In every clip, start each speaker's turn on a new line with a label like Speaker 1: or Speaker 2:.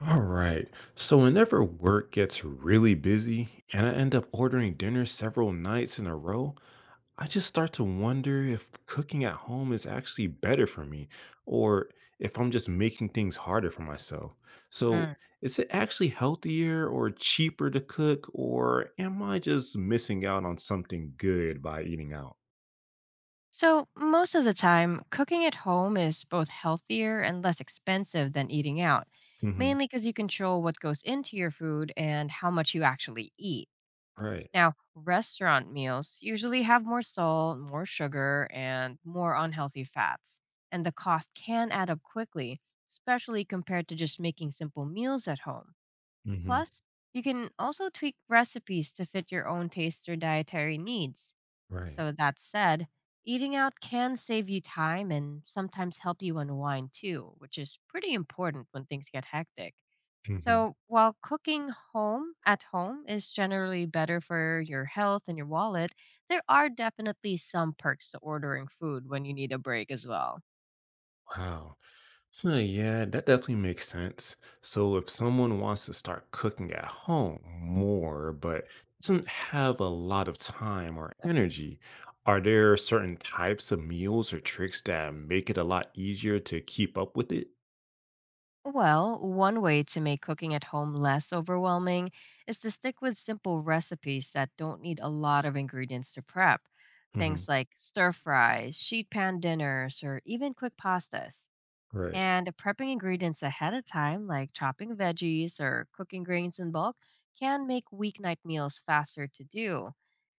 Speaker 1: All right. So whenever work gets really busy and I end up ordering dinner several nights in a row, I just start to wonder if cooking at home is actually better for me or if I'm just making things harder for myself.
Speaker 2: Mm.
Speaker 1: So is it actually healthier or cheaper to cook or am I just missing out on something good by eating out?
Speaker 2: So, most of the time, cooking at home is both healthier and less expensive than eating out,
Speaker 1: Hmm.
Speaker 2: mainly because you control what goes into your food and how much you actually eat.
Speaker 1: Right.
Speaker 2: Now, restaurant meals usually have more salt, more sugar, and more unhealthy fats, and the cost can add up quickly, especially compared to just making simple meals at home.
Speaker 1: Hmm.
Speaker 2: Plus, you can also tweak recipes to fit your own taste or dietary needs. So,
Speaker 1: Right.
Speaker 2: with that said, eating out can save you time and sometimes help you unwind too, which is pretty important when things get hectic.
Speaker 1: Hmm.
Speaker 2: So, while cooking home at home is generally better for your health and your wallet, there are definitely some perks to ordering food when you need a break as well.
Speaker 1: Wow. So yeah, that definitely makes sense. So if someone wants to start cooking at home more, but doesn't have a lot of time or energy, are there certain types of meals or tricks that make it a lot easier to keep up with it?
Speaker 2: Well, one way to make cooking at home less overwhelming is to stick with simple recipes that don't need a lot of ingredients to prep.
Speaker 1: Hmm.
Speaker 2: Things like stir fries, sheet pan dinners, or even quick pastas.
Speaker 1: Right.
Speaker 2: And prepping ingredients ahead of time, like chopping veggies or cooking grains in bulk, can make weeknight meals faster to do.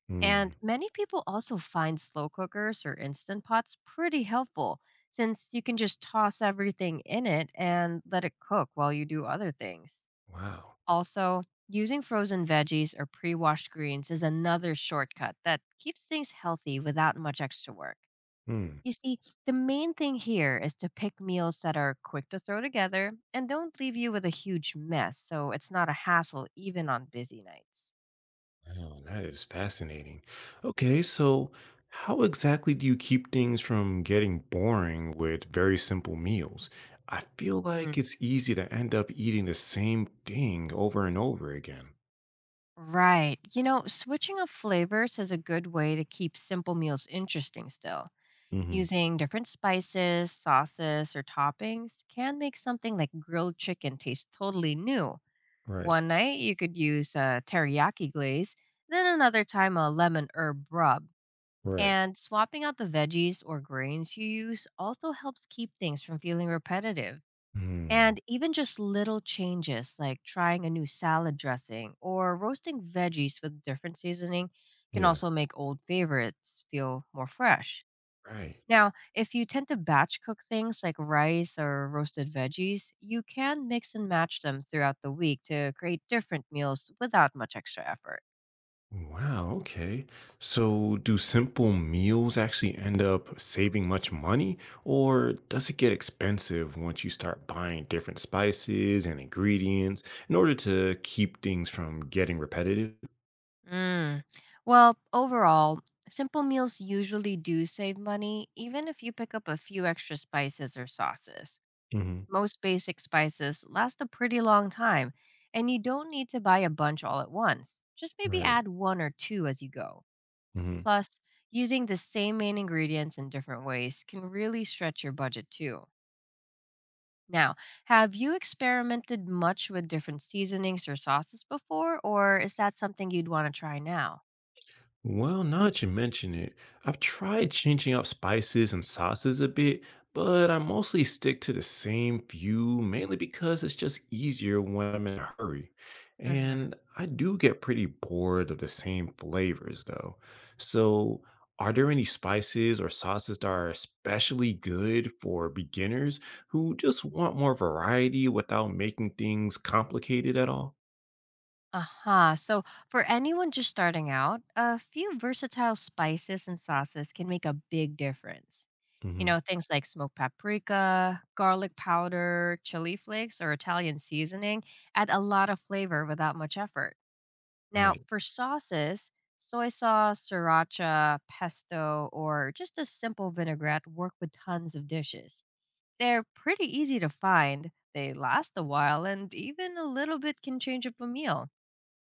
Speaker 1: Mm.
Speaker 2: And many people also find slow cookers or instant pots pretty helpful since you can just toss everything in it and let it cook while you do other things.
Speaker 1: Wow.
Speaker 2: Also, using frozen veggies or pre washed greens is another shortcut that keeps things healthy without much extra work.
Speaker 1: Hmm.
Speaker 2: You see, the main thing here is to pick meals that are quick to throw together and don't leave you with a huge mess, so it's not a hassle even on busy nights.
Speaker 1: Oh, that is fascinating. Okay, so how exactly do you keep things from getting boring with very simple meals? I feel
Speaker 2: Mm,
Speaker 1: like it's easy to end up eating the same thing over and over again.
Speaker 2: right. You know, switching up flavors is a good way to keep simple meals interesting still.
Speaker 1: Hmm.
Speaker 2: Using different spices, sauces, or toppings can make something like grilled chicken taste totally new.
Speaker 1: Right,
Speaker 2: One night you could use a teriyaki glaze, then another time a lemon herb rub.
Speaker 1: right.
Speaker 2: And swapping out the veggies or grains you use also helps keep things from feeling repetitive.
Speaker 1: Hmm.
Speaker 2: And even just little changes like trying a new salad dressing or roasting veggies with different seasoning can
Speaker 1: Yeah.
Speaker 2: also make old favorites feel more fresh.
Speaker 1: Right.
Speaker 2: Now, if you tend to batch cook things like rice or roasted veggies, you can mix and match them throughout the week to create different meals without much extra effort.
Speaker 1: Wow, okay. So, do simple meals actually end up saving much money, or does it get expensive once you start buying different spices and ingredients in order to keep things from getting repetitive?
Speaker 2: Mm. Well, overall, simple meals usually do save money, even if you pick up a few extra spices or sauces.
Speaker 1: Hmm.
Speaker 2: Most basic spices last a pretty long time, and you don't need to buy a bunch all at once. Just maybe
Speaker 1: Right.
Speaker 2: add one or two as you go. Plus, using the same main ingredients in different ways can really stretch your budget too. Now, have you experimented much with different seasonings or sauces before, or is that something you'd want to try now?
Speaker 1: Well, now that you mention it, I've tried changing up spices and sauces a bit, but I mostly stick to the same few, mainly because it's just easier when I'm in a hurry.
Speaker 2: Hmm.
Speaker 1: And I do get pretty bored of the same flavors, though. So, are there any spices or sauces that are especially good for beginners who just want more variety without making things complicated at all?
Speaker 2: Aha. So, for anyone just starting out, a few versatile spices and sauces can make a big difference. You know,
Speaker 1: Hmm.
Speaker 2: things like smoked paprika, garlic powder, chili flakes, or Italian seasoning add a lot of flavor without much effort. Now,
Speaker 1: Right,
Speaker 2: for sauces, soy sauce, sriracha, pesto, or just a simple vinaigrette work with tons of dishes. They're pretty easy to find, they last a while, and even a little bit can change up a meal.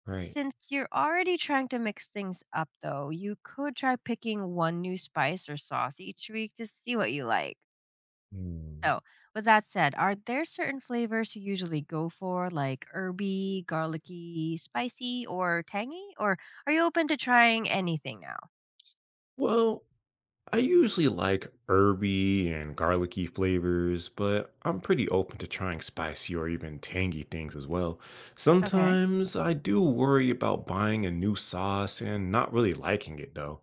Speaker 1: right.
Speaker 2: Since you're already trying to mix things up, though, you could try picking one new spice or sauce each week to see what you like.
Speaker 1: Hmm.
Speaker 2: So, with that said, are there certain flavors you usually go for, like herby, garlicky, spicy, or tangy? Or are you open to trying anything now?
Speaker 1: Well, I usually like herby and garlicky flavors, but I'm pretty open to trying spicy or even tangy things as well.
Speaker 2: Okay.
Speaker 1: Sometimes I do worry about buying a new sauce and not really liking it though.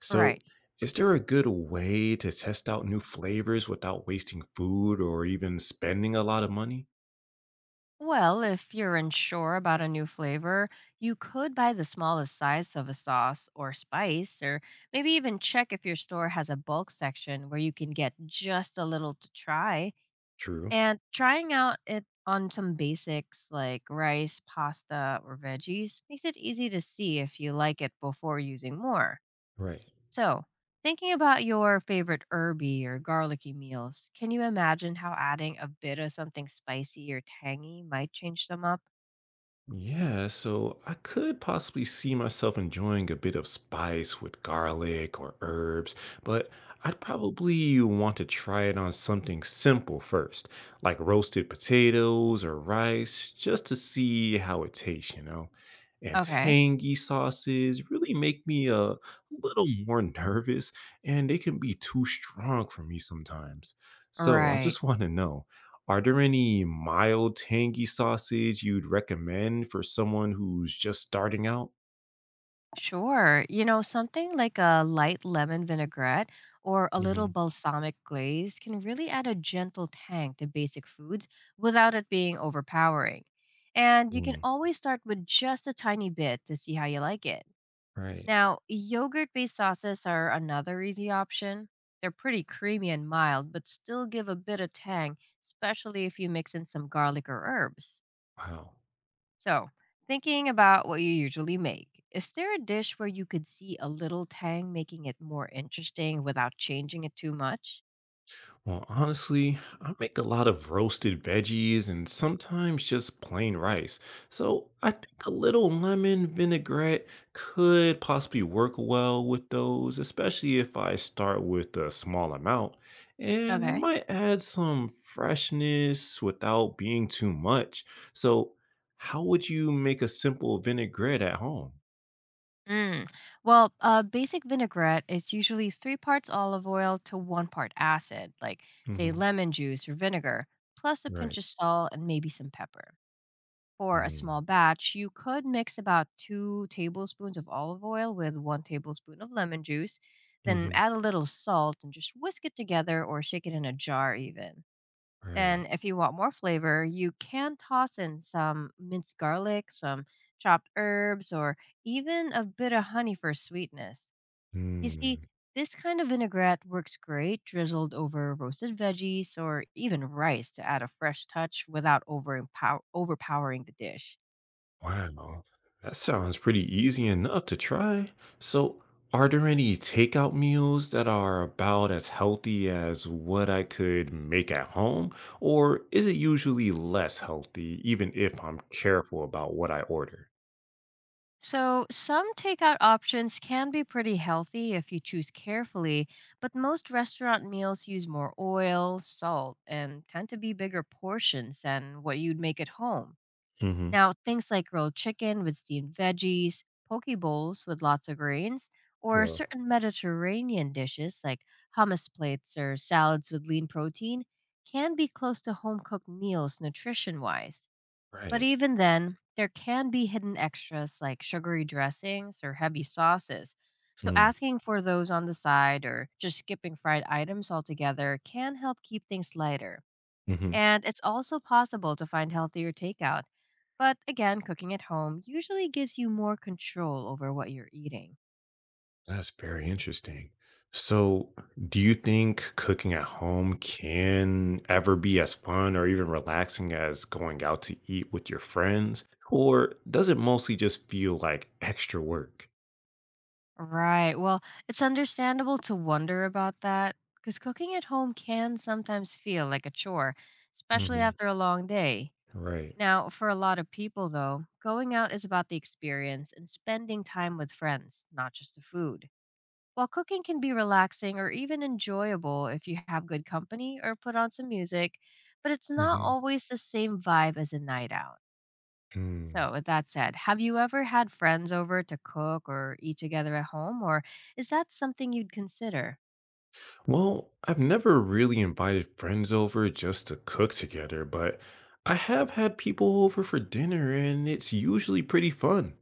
Speaker 1: So,
Speaker 2: Right.
Speaker 1: is there a good way to test out new flavors without wasting food or even spending a lot of money?
Speaker 2: Well, if you're unsure about a new flavor, you could buy the smallest size of a sauce or spice, or maybe even check if your store has a bulk section where you can get just a little to try.
Speaker 1: True.
Speaker 2: And trying out it on some basics like rice, pasta, or veggies makes it easy to see if you like it before using more.
Speaker 1: Right.
Speaker 2: So, thinking about your favorite herby or garlicky meals, can you imagine how adding a bit of something spicy or tangy might change them up?
Speaker 1: Yeah, so I could possibly see myself enjoying a bit of spice with garlic or herbs, but I'd probably want to try it on something simple first, like roasted potatoes or rice, just to see how it tastes, you know? And
Speaker 2: Okay.
Speaker 1: tangy sauces really make me a little more nervous, and they can be too strong for me sometimes. So I
Speaker 2: Right.
Speaker 1: just want to know. Are there any mild tangy sausage you'd recommend for someone who's just starting out?
Speaker 2: Sure. You know, something like a light lemon vinaigrette or a little
Speaker 1: Mhm,
Speaker 2: balsamic glaze can really add a gentle tang to basic foods without it being overpowering. And you can
Speaker 1: mm.
Speaker 2: always start with just a tiny bit to see how you like it.
Speaker 1: Right.
Speaker 2: Now, yogurt based sauces are another easy option. They're pretty creamy and mild, but still give a bit of tang, especially if you mix in some garlic or herbs.
Speaker 1: Wow.
Speaker 2: So, thinking about what you usually make, is there a dish where you could see a little tang making it more interesting without changing it too much?
Speaker 1: Well, honestly, I make a lot of roasted veggies and sometimes just plain rice. So I think a little lemon vinaigrette could possibly work well with those, especially if I start with a small amount. And it
Speaker 2: Okay.
Speaker 1: might add some freshness without being too much. So, how would you make a simple vinaigrette at home?
Speaker 2: Mm. Well, a basic vinaigrette is usually three parts olive oil to one part acid, like, say,
Speaker 1: Hmm.
Speaker 2: lemon juice or vinegar, plus a pinch
Speaker 1: Right.
Speaker 2: of salt and maybe some pepper. For a
Speaker 1: Mm-hmm.
Speaker 2: small batch, you could mix about 2 tablespoons of olive oil with 1 tablespoon of lemon juice, then add a little salt and just whisk it together or shake it in a jar even. Then
Speaker 1: Right.
Speaker 2: if you want more flavor, you can toss in some minced garlic, some chopped herbs or even a bit of honey for sweetness. You see, this kind of vinaigrette works great drizzled over roasted veggies or even rice to add a fresh touch without overpowering the dish.
Speaker 1: Wow, that sounds pretty easy enough to try. So, are there any takeout meals that are about as healthy as what I could make at home? Or is it usually less healthy, even if I'm careful about what I order?
Speaker 2: So, some takeout options can be pretty healthy if you choose carefully, but most restaurant meals use more oil, salt, and tend to be bigger portions than what you'd make at home.
Speaker 1: Hmm.
Speaker 2: Now, things like grilled chicken with steamed veggies, poke bowls with lots of grains, or
Speaker 1: Yeah.
Speaker 2: certain Mediterranean dishes like hummus plates or salads with lean protein can be close to home cooked meals nutrition wise. But
Speaker 1: Right.
Speaker 2: even then, there can be hidden extras like sugary dressings or heavy sauces. So asking for those on the side or just skipping fried items altogether can help keep things lighter.
Speaker 1: Mm-hmm.
Speaker 2: And it's also possible to find healthier takeout. But again, cooking at home usually gives you more control over what you're eating.
Speaker 1: That's very interesting. So, do you think cooking at home can ever be as fun or even relaxing as going out to eat with your friends? Or does it mostly just feel like extra work?
Speaker 2: Right. Well, it's understandable to wonder about that because cooking at home can sometimes feel like a chore, especially
Speaker 1: Hmm.
Speaker 2: after a long day.
Speaker 1: Right.
Speaker 2: Now, for a lot of people, though, going out is about the experience and spending time with friends, not just the food. While cooking can be relaxing or even enjoyable if you have good company or put on some music, but it's not always the same vibe as a night out.
Speaker 1: Hmm.
Speaker 2: So, with that said, have you ever had friends over to cook or eat together at home, or is that something you'd consider?
Speaker 1: Well, I've never really invited friends over just to cook together, but I have had people over for dinner and it's usually pretty fun.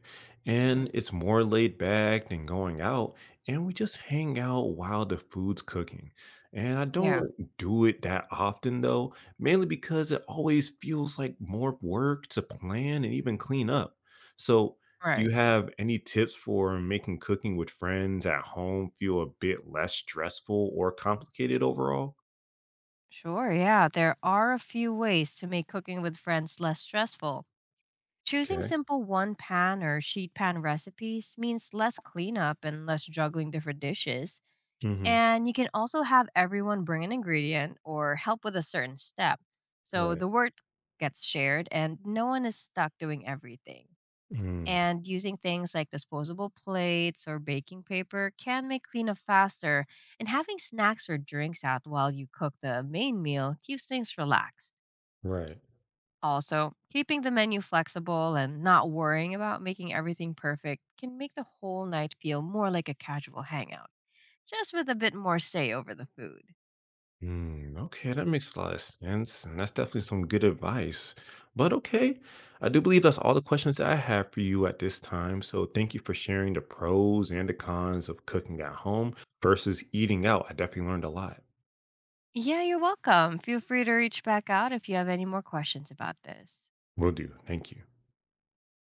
Speaker 2: Hmm.
Speaker 1: And it's more laid back than going out, and we just hang out while the food's cooking. And I
Speaker 2: Yeah,
Speaker 1: don't do it that often though, mainly because it always feels like more work to plan and even clean up. So do you
Speaker 2: right.
Speaker 1: have any tips for making cooking with friends at home feel a bit less stressful or complicated overall?
Speaker 2: Sure, yeah. There are a few ways to make cooking with friends less stressful. Choosing
Speaker 1: Okay.
Speaker 2: simple one pan or sheet pan recipes means less cleanup and less juggling different dishes.
Speaker 1: Hmm.
Speaker 2: And you can also have everyone bring an ingredient or help with a certain step. So
Speaker 1: Right.
Speaker 2: the work gets shared and no one is stuck doing everything.
Speaker 1: Mm,
Speaker 2: And using things like disposable plates or baking paper can make cleanup faster. And having snacks or drinks out while you cook the main meal keeps things relaxed.
Speaker 1: right.
Speaker 2: Also, keeping the menu flexible and not worrying about making everything perfect can make the whole night feel more like a casual hangout, just with a bit more say over the food.
Speaker 1: Mm, okay, that makes a lot of sense, and that's definitely some good advice. But okay, I do believe that's all the questions that I have for you at this time. So thank you for sharing the pros and the cons of cooking at home versus eating out. I definitely learned a lot.
Speaker 2: Yeah, you're welcome. Feel free to reach back out if you have any more questions about this.
Speaker 1: Will do. Thank you.